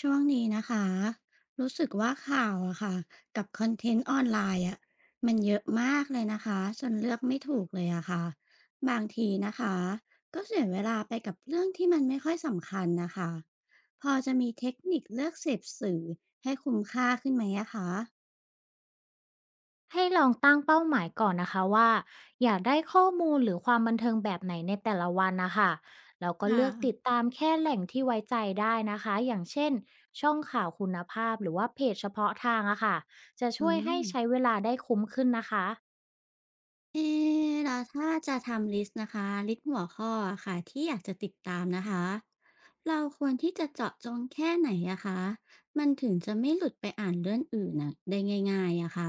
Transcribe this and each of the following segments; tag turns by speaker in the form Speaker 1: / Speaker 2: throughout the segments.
Speaker 1: ช่วงนี้นะคะรู้สึกว่าข่าวอะค่ะกับคอนเทนต์ออนไลน์อะมันเยอะมากเลยนะคะจนเลือกไม่ถูกเลยอะค่ะบางทีนะคะก็เสียเวลาไปกับเรื่องที่มันไม่ค่อยสำคัญนะคะพอจะมีเทคนิคเลือกเสพสื่อให้คุ้มค่าขึ้นไหมอะคะ
Speaker 2: ให้ลองตั้งเป้าหมายก่อนนะคะว่าอยากได้ข้อมูลหรือความบันเทิงแบบไหนในแต่ละวันนะคะแล้วก็
Speaker 1: ค่ะ
Speaker 2: เลือกติดตามแค่แหล่งที่ไว้ใจได้นะคะอย่างเช่นช่องข่าวคุณภาพหรือว่าเพจเฉพาะทางอะค่ะจะ
Speaker 1: อื
Speaker 2: ช่วยให้
Speaker 1: ม
Speaker 2: ใช้เวลาได้คุ้มขึ้นนะคะ
Speaker 1: เอแล้วถ้าจะทำลิสต์นะคะลิสต์หัวข้ออะค่ะที่อยากจะติดตามนะคะเราควรที่จะเจาะจงแค่ไหนอะคะมันถึงจะไม่หลุดไปอ่านเรื่องอื่นน่ะได้ง่ายๆอะค่ะ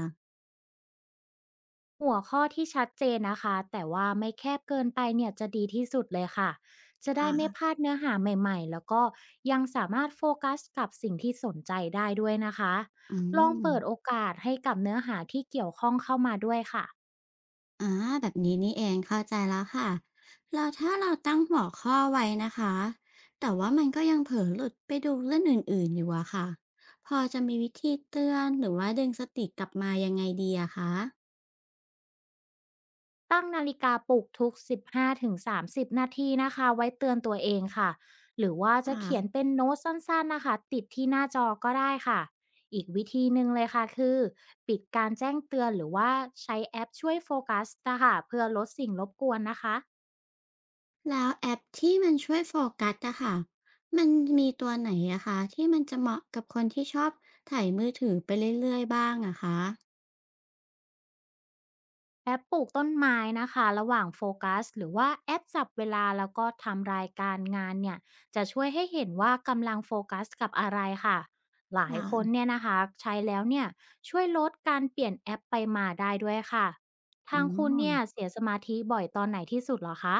Speaker 2: หัวข้อที่ชัดเจนนะคะแต่ว่าไม่แคบเกินไปเนี่ยจะดีที่สุดเลยค่ะจะได้ไม่
Speaker 1: ค่ะ
Speaker 2: พลาดเนื้อหาใหม่ๆแล้วก็ยังสามารถโฟกัสกับสิ่งที่สนใจได้ด้วยนะคะ
Speaker 1: อื
Speaker 2: ลอง
Speaker 1: ม
Speaker 2: เปิดโอกาสให้กับเนื้อหาที่เกี่ยวข้องเข้ามาด้วยค่ะ
Speaker 1: อาแบบนี้นี่เองเข้าใจแล้วค่ะแล้วถ้าเราตั้งหัวข้อไว้นะคะแต่ว่ามันก็ยังเผลอหลุดไปดูเรื่องอื่นๆอยู่อะค่ะพอจะมีวิธีเตือนหรือว่าดึงสติกลับมายังไงดีอะค
Speaker 2: ตั้งนาฬิกาปลุกทุก15-30นาทีนะคะไว้เตือนตัวเองค่ะหรือว่าจะเขียน
Speaker 1: ะ
Speaker 2: เป็นโน้ตสั้นๆนะคะติดที่หน้าจอก็ได้ค่ะอีกวิธีหนึ่งเลยค่ะคือปิดการแจ้งเตือนหรือว่าใช้แอปช่วยโฟกัสนะคะเพื่อลดสิ่งรบกวนนะคะ
Speaker 1: แล้วแอปที่มันช่วยโฟกัสอะค่ะมันมีตัวไหนอะคะที่มันจะเหมาะกับคนที่ชอบถ่ายมือถือไปเรื่อยๆบ้างอะคะ
Speaker 2: แอปปลูกต้นไม้นะคะระหว่างโฟกัสหรือว่าแอปจับเวลาแล้วก็ทำรายการงานเนี่ยจะช่วยให้เห็นว่ากำลังโฟกัสกับอะไรค่ะหลาย
Speaker 1: ค่ะ
Speaker 2: คนเนี่ยนะคะใช้แล้วเนี่ยช่วยลดการเปลี่ยนแอปไปมาได้ด้วยค่ะ
Speaker 1: อ๋
Speaker 2: ทางคุณเนี่ย
Speaker 1: อ
Speaker 2: เสียสมาธิบ่อยตอนไหนที่สุดเหรอคะ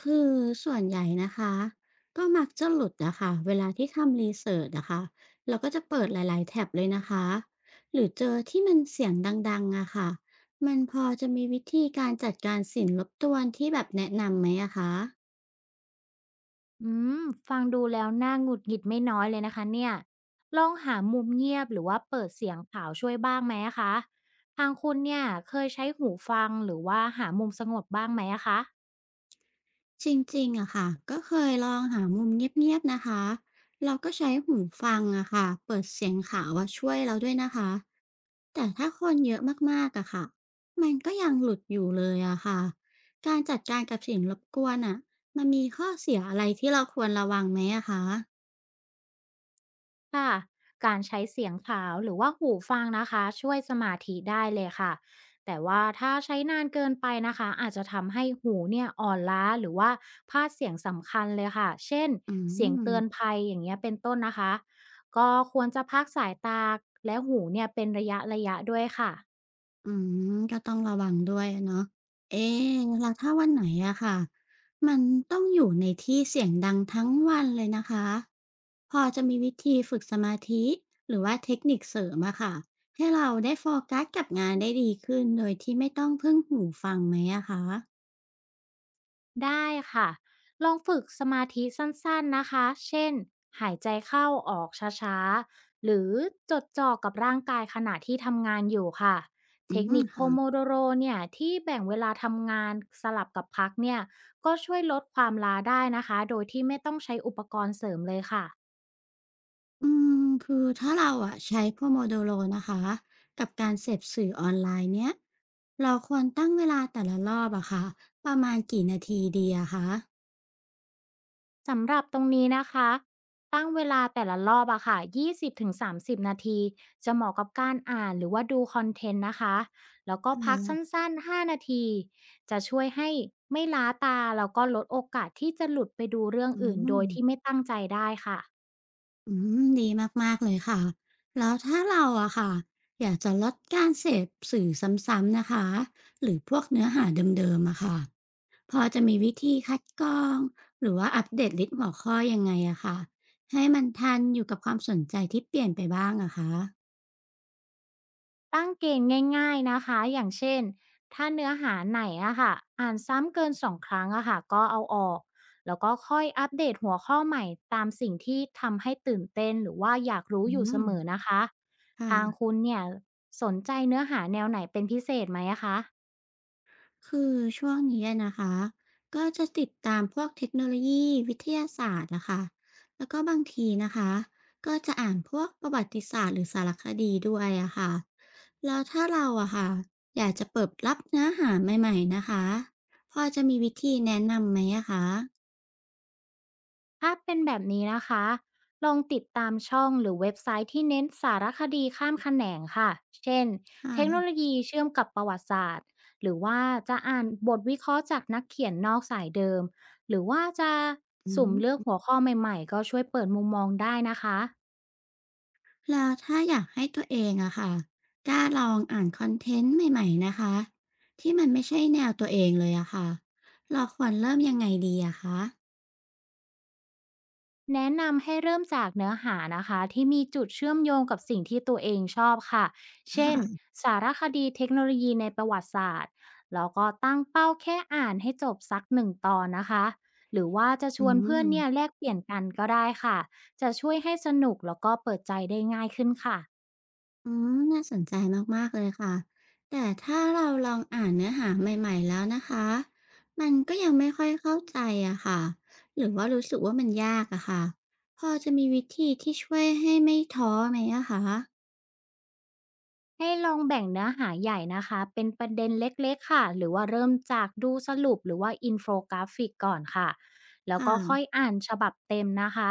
Speaker 1: คือส่วนใหญ่นะคะก็มักจะหลุดนะคะเวลาที่ทำรีเสิร์ชนะคะเราก็จะเปิดหลายๆแท็บเลยนะคะหรือเจอที่มันเสียงดังๆอะค่ะมันพอจะมีวิธีการจัดการสิ่งรบกวนที่แบบแนะนำไหมอะคะ
Speaker 2: อืมฟังดูแล้วน่าหงุดหงิดไม่น้อยเลยนะคะเนี่ยลองหามุมเงียบหรือว่าเปิดเสียงข่าวช่วยบ้างไหมอะคะทางคุณเนี่ยเคยใช้หูฟังหรือว่าหามุมสงบบ้างไหมอะคะ
Speaker 1: จริงๆ อะค่ะ ก็เคยลองหามุมเงียบๆนะคะ เราก็ใช้หูฟังอะค่ะ เปิดเสียงขาวอะช่วยเราด้วยนะคะ แต่ถ้าคนเยอะมากๆ อะค่ะ มันก็ยังหลุดอยู่เลยอะค่ะ การจัดการกับเสียงรบกวนอะมันมีข้อเสียอะไรที่เราควรระวังไหมอะคะ
Speaker 2: ค่ะการใช้เสียงขาวหรือว่าหูฟังนะคะช่วยสมาธิได้เลยค่ะแต่ว่าถ้าใช้นานเกินไปนะคะอาจจะทำให้หูเนี่ยอ่อนล้าหรือว่าพลาดเสียงสำคัญเลยค่ะเช่น
Speaker 1: อื
Speaker 2: เสียงเตือน
Speaker 1: ม
Speaker 2: ภัยอย่างเงี้ยเป็นต้นนะคะก็ควรจะพักสายตาและหูเนี่ยเป็นระยะด้วยค่ะ
Speaker 1: อืมก็ต้องระวังด้วยอะเนาะเอ๊ะแล้วถ้าวันไหนอะค่ะมันต้องอยู่ในที่เสียงดังทั้งวันเลยนะคะพอจะมีวิธีฝึกสมาธิหรือว่าเทคนิคเสริมอะค่ะให้เราได้โฟกัสกับงานได้ดีขึ้นโดยที่ไม่ต้องพึ่งหูฟังไหมอะคะ
Speaker 2: ได้ค่ะ ลองฝึกสมาธิสั้นๆนะคะ เช่น หายใจเข้าออกช้าๆ หรือจดจ่อกับร่างกายขณะที่ทำงานอยู่ค่ะ
Speaker 1: อื
Speaker 2: เทค
Speaker 1: ม
Speaker 2: นิคโพโม
Speaker 1: ค่ะ
Speaker 2: โดโรเนี่ยที่แบ่งเวลาทำงานสลับกับพักเนี่ย ก็ช่วยลดความล้าได้นะคะ โดยที่ไม่ต้องใช้อุปกรณ์เสริมเลยค่ะ
Speaker 1: อืมคือถ้าเราอะใช้ Pomodoro นะคะกับการเสพสื่อออนไลน์เนี้ยเราควรตั้งเวลาแต่ละรอบอะค่ะประมาณกี่นาทีดีอะคะ
Speaker 2: สำหรับตรงนี้นะคะตั้งเวลาแต่ละรอบอะค่ะ20-30นาทีจะเหมาะกับการอ่านหรือว่าดูคอนเทนต์นะคะแล้วก็พั
Speaker 1: ค่ะ
Speaker 2: กสั้นๆ5นาทีจะช่วยให้ไม่ล้าตาแล้วก็ลดโอกาสที่จะหลุดไปดูเรื่อง
Speaker 1: อื
Speaker 2: อื่นโด
Speaker 1: ม
Speaker 2: ยที่ไม่ตั้งใจได้ค่ะ
Speaker 1: อืมดีมากๆเลยค่ะ แล้วถ้าเราอะค่ะอยากจะลดการเสพสื่อซ้ำๆนะคะ หรือพวกเนื้อหาเดิมๆอะค่ะ พอจะมีวิธีคัดกรองหรือว่าอัปเดตลิสต์หัวข้อยังไงอะค่ะให้มันทันอยู่กับความสนใจที่เปลี่ยนไปบ้างอะคะ
Speaker 2: ตั้งเกณฑ์ง่ายๆนะคะอย่างเช่นถ้าเนื้อหาไหนอะค่ะอ่านซ้ำเกิน2 ครั้งอะค่ะก็เอาออกแล้วก็ค่อยอัปเดตหัวข้อใหม่ตามสิ่งที่ทำให้ตื่นเต้นหรือว่าอยากรู้
Speaker 1: อื
Speaker 2: อยู่เส
Speaker 1: ม
Speaker 2: มอนะคะทาง
Speaker 1: ค่ะ
Speaker 2: คุณเนี่ยสนใจเนื้อหาแนวไหนเป็นพิเศษไหมอะคะ
Speaker 1: คือช่วงนี้อะนะคะก็จะติดตามพวกเทคโนโลยีวิทยาศาสตร์อะค่ะแล้วก็บางทีนะคะก็จะอ่านพวกประวัติศาสตร์หรือสารคดีด้วยอะค่ะแล้วถ้าเราอะค่ะอยากจะเปิดรับเนื้อหาใหม่ๆนะคะพอจะมีวิธีแนะนำไหมอะคะ
Speaker 2: ถ้าเป็นแบบนี้นะคะ ลองติดตามช่องหรือเว็บไซต์ที่เน้นสารคดีข้ามแขนงค่ะ เช่นเทคโน
Speaker 1: ค่ะ
Speaker 2: โลยีเชื่อมกับประวัติศาสตร์ หรือว่าจะอ่านบทวิเคราะห์จากนักเขียนนอกสายเดิม หรือว่าจะ
Speaker 1: อื
Speaker 2: สุ่มเลือก
Speaker 1: ม
Speaker 2: หัวข้อใหม่ๆ ก็ช่วยเปิดมุมมองได้นะคะ
Speaker 1: แล้วถ้าอยากให้ตัวเองอะค่ะกล้าลองอ่านคอนเทนต์ใหม่ๆนะคะที่มันไม่ใช่แนวตัวเองเลยอะค่ะเราควรเริ่มยังไงดีอะคะ
Speaker 2: แนะนำให้เริ่มจากเนื้อหานะคะที่มีจุดเชื่อมโยงกับสิ่งที่ตัวเองชอบค่ะเช่น
Speaker 1: ค่ะ
Speaker 2: สารคดีเทคโนโลยีในประวัติศาสตร์แล้วก็ตั้งเป้าแค่อ่านให้จบสักหนึ่งตอนนะคะหรือว่าจะช
Speaker 1: อื
Speaker 2: วนเพื่อนเนี่ย
Speaker 1: ม
Speaker 2: แลกเปลี่ยนกันก็ได้ค่ะจะช่วยให้สนุกแล้วก็เปิดใจได้ง่ายขึ้นค่ะ
Speaker 1: อืมน่าสนใจมากๆเลยค่ะ แต่ถ้าเราลองอ่านเนื้อหาใหม่ๆแล้วนะคะ มันก็ยังไม่ค่อยเข้าใจอะค่ะหรือว่ารู้สึกว่ามันยากอะค่ะพอจะมีวิธีที่ช่วยให้ไม่ท้อไหมอะคะ
Speaker 2: ให้ลองแบ่งเนื้อหาใหญ่นะคะเป็นประเด็นเล็กๆค่ะหรือว่าเริ่มจากดูสรุปหรือว่าอินโฟกราฟิกก่อนค่ะ
Speaker 1: ค
Speaker 2: แล้วก็ค่อย
Speaker 1: ่ะ
Speaker 2: อ่านฉบับเต็มนะคะ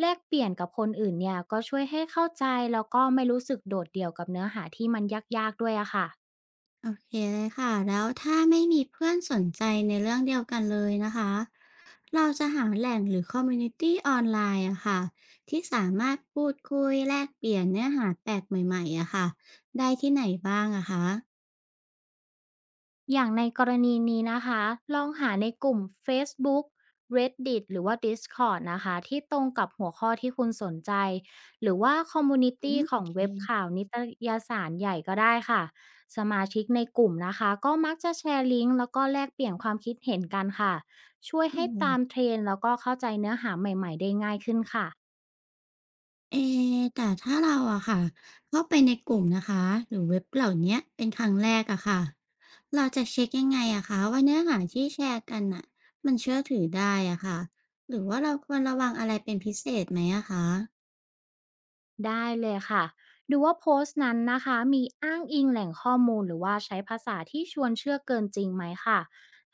Speaker 2: แลกเปลี่ยนกับคนอื่นเนี่ยก็ช่วยให้เข้าใจแล้วก็ไม่รู้สึกโดดเดี่ยวกับเนื้อหาที่มันยากๆด้วยอะค่ะ
Speaker 1: โอเคเลยค่ะ แล้วถ้าไม่มีเพื่อนสนใจในเรื่องเดียวกันเลยนะคะ เราจะหาแหล่งหรือคอมมูนิตี้ออนไลน์อะค่ะที่สามารถพูดคุยแลกเปลี่ยนเนื้อหาแปลกใหม่ๆอะค่ะได้ที่ไหนบ้างอะคะ
Speaker 2: อย่างในกรณีนี้นะคะลองหาในกลุ่ม Facebook Reddit หรือว่า Discord นะคะที่ตรงกับหัวข้อที่คุณสนใจหรือว่าคอมมูนิ
Speaker 1: อื
Speaker 2: ตี้
Speaker 1: ม
Speaker 2: ข
Speaker 1: โอ
Speaker 2: อง
Speaker 1: เค
Speaker 2: เว็บข่าวนิตยสารใหญ่ก็ได้ค่ะสมาชิกในกลุ่มนะคะก็มักจะแชร์ลิงก์แล้วก็แลกเปลี่ยนความคิดเห็นกันค่ะช่วย
Speaker 1: อื
Speaker 2: ให้ตาม
Speaker 1: ม
Speaker 2: เทรนด์แล้วก็เข้าใจเนื้อหาใหม่ๆได้ง่ายขึ้นค่ะ
Speaker 1: เอแต่ถ้าเราอะค่ะเข้าไปในกลุ่มนะคะหรือเว็บเหล่าเนี้ยเป็นครั้งแรกอะค่ะเราจะเช็คยังไงอะคะว่าเนื้อหาที่แชร์กันน่ะมันเชื่อถือได้อะค่ะหรือว่าเราควรระวังอะไรเป็นพิเศษไหมอะคะ
Speaker 2: ได้เลยค่ะ ดูว่าโพสต์นั้นนะคะมีอ้างอิงแหล่งข้อมูลหรือว่าใช้ภาษาที่ชวนเชื่อเกินจริงไหมค่ะ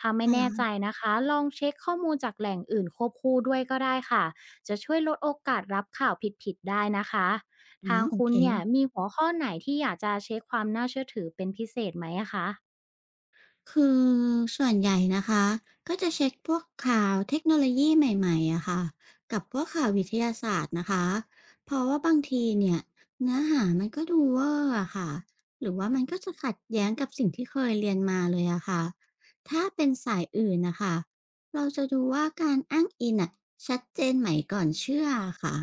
Speaker 2: ถ้า
Speaker 1: ค
Speaker 2: ไม่แน่ใจ
Speaker 1: ่ะ
Speaker 2: นะคะลองเช็คข้อมูลจากแหล่งอื่นควบคู่ด้วยก็ได้ค่ะ จะช่วยลดโอกาสรับข่าวผิดๆได้นะคะ
Speaker 1: อ๋
Speaker 2: ทาง
Speaker 1: อโอ
Speaker 2: คุ
Speaker 1: เค
Speaker 2: ณเนี่ยมีหัวข้อไหนที่อยากจะเช็คความน่าเชื่อถือเป็นพิเศษไหมอะคะ
Speaker 1: คือส่วนใหญ่นะคะก็จะเช็คพวกข่าวเทคโนโลยีใหม่ๆอะค่ะกับพวกข่าววิทยาศาสตร์นะคะเพราะว่าบางทีเนี่ยเนื้อหามันก็ดูเวอร์อะค่ะหรือว่ามันก็จะขัดแย้งกับสิ่งที่เคยเรียนมาเลยอะค่ะถ้าเป็นสายอื่นนะคะเราจะดูว่าการอ้างอิงอะชัดเจนไหมก่อนเชื่อค่ะ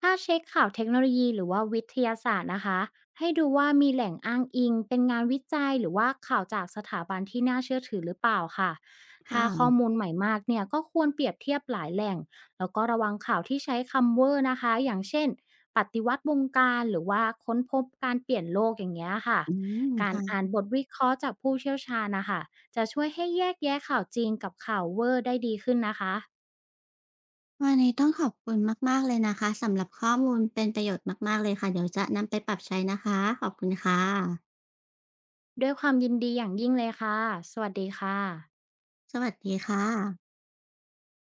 Speaker 2: ถ้าเช็คข่าวเทคโนโลยีหรือว่าวิทยาศาสตร์นะคะให้ดูว่ามีแหล่งอ้างอิงเป็นงานวิจัยหรือว่าข่าวจากสถาบันที่น่าเชื่อถือหรือเปล่าค่ะถ้าข้อ
Speaker 1: ค่ะ
Speaker 2: มูลใหม่มากเนี่ยก็ควรเปรียบเทียบหลายแหล่งแล้วก็ระวังข่าวที่ใช้คำเวอร์นะคะอย่างเช่นปฏิวัติวงการหรือว่าค้นพบการเปลี่ยนโลกอย่างเงี้ยค่ะ
Speaker 1: อืม
Speaker 2: การอ่า
Speaker 1: ค่ะ
Speaker 2: นบทวิเคราะห์จากผู้เชี่ยวชาญนะคะจะช่วยให้แยกแยะข่าวจริงกับข่าวเวอร์ได้ดีขึ้นนะคะ
Speaker 1: วันนี้ต้องขอบคุณมากๆเลยนะคะสำหรับข้อมูลเป็นประโยชน์มากๆเลยค่ะเดี๋ยวจะนำไปปรับใช้นะคะขอบคุณค่ะ
Speaker 2: ด้วยความยินดีอย่างยิ่งเลยค่ะสวัสดีค่ะ
Speaker 1: สวัสดีค่ะ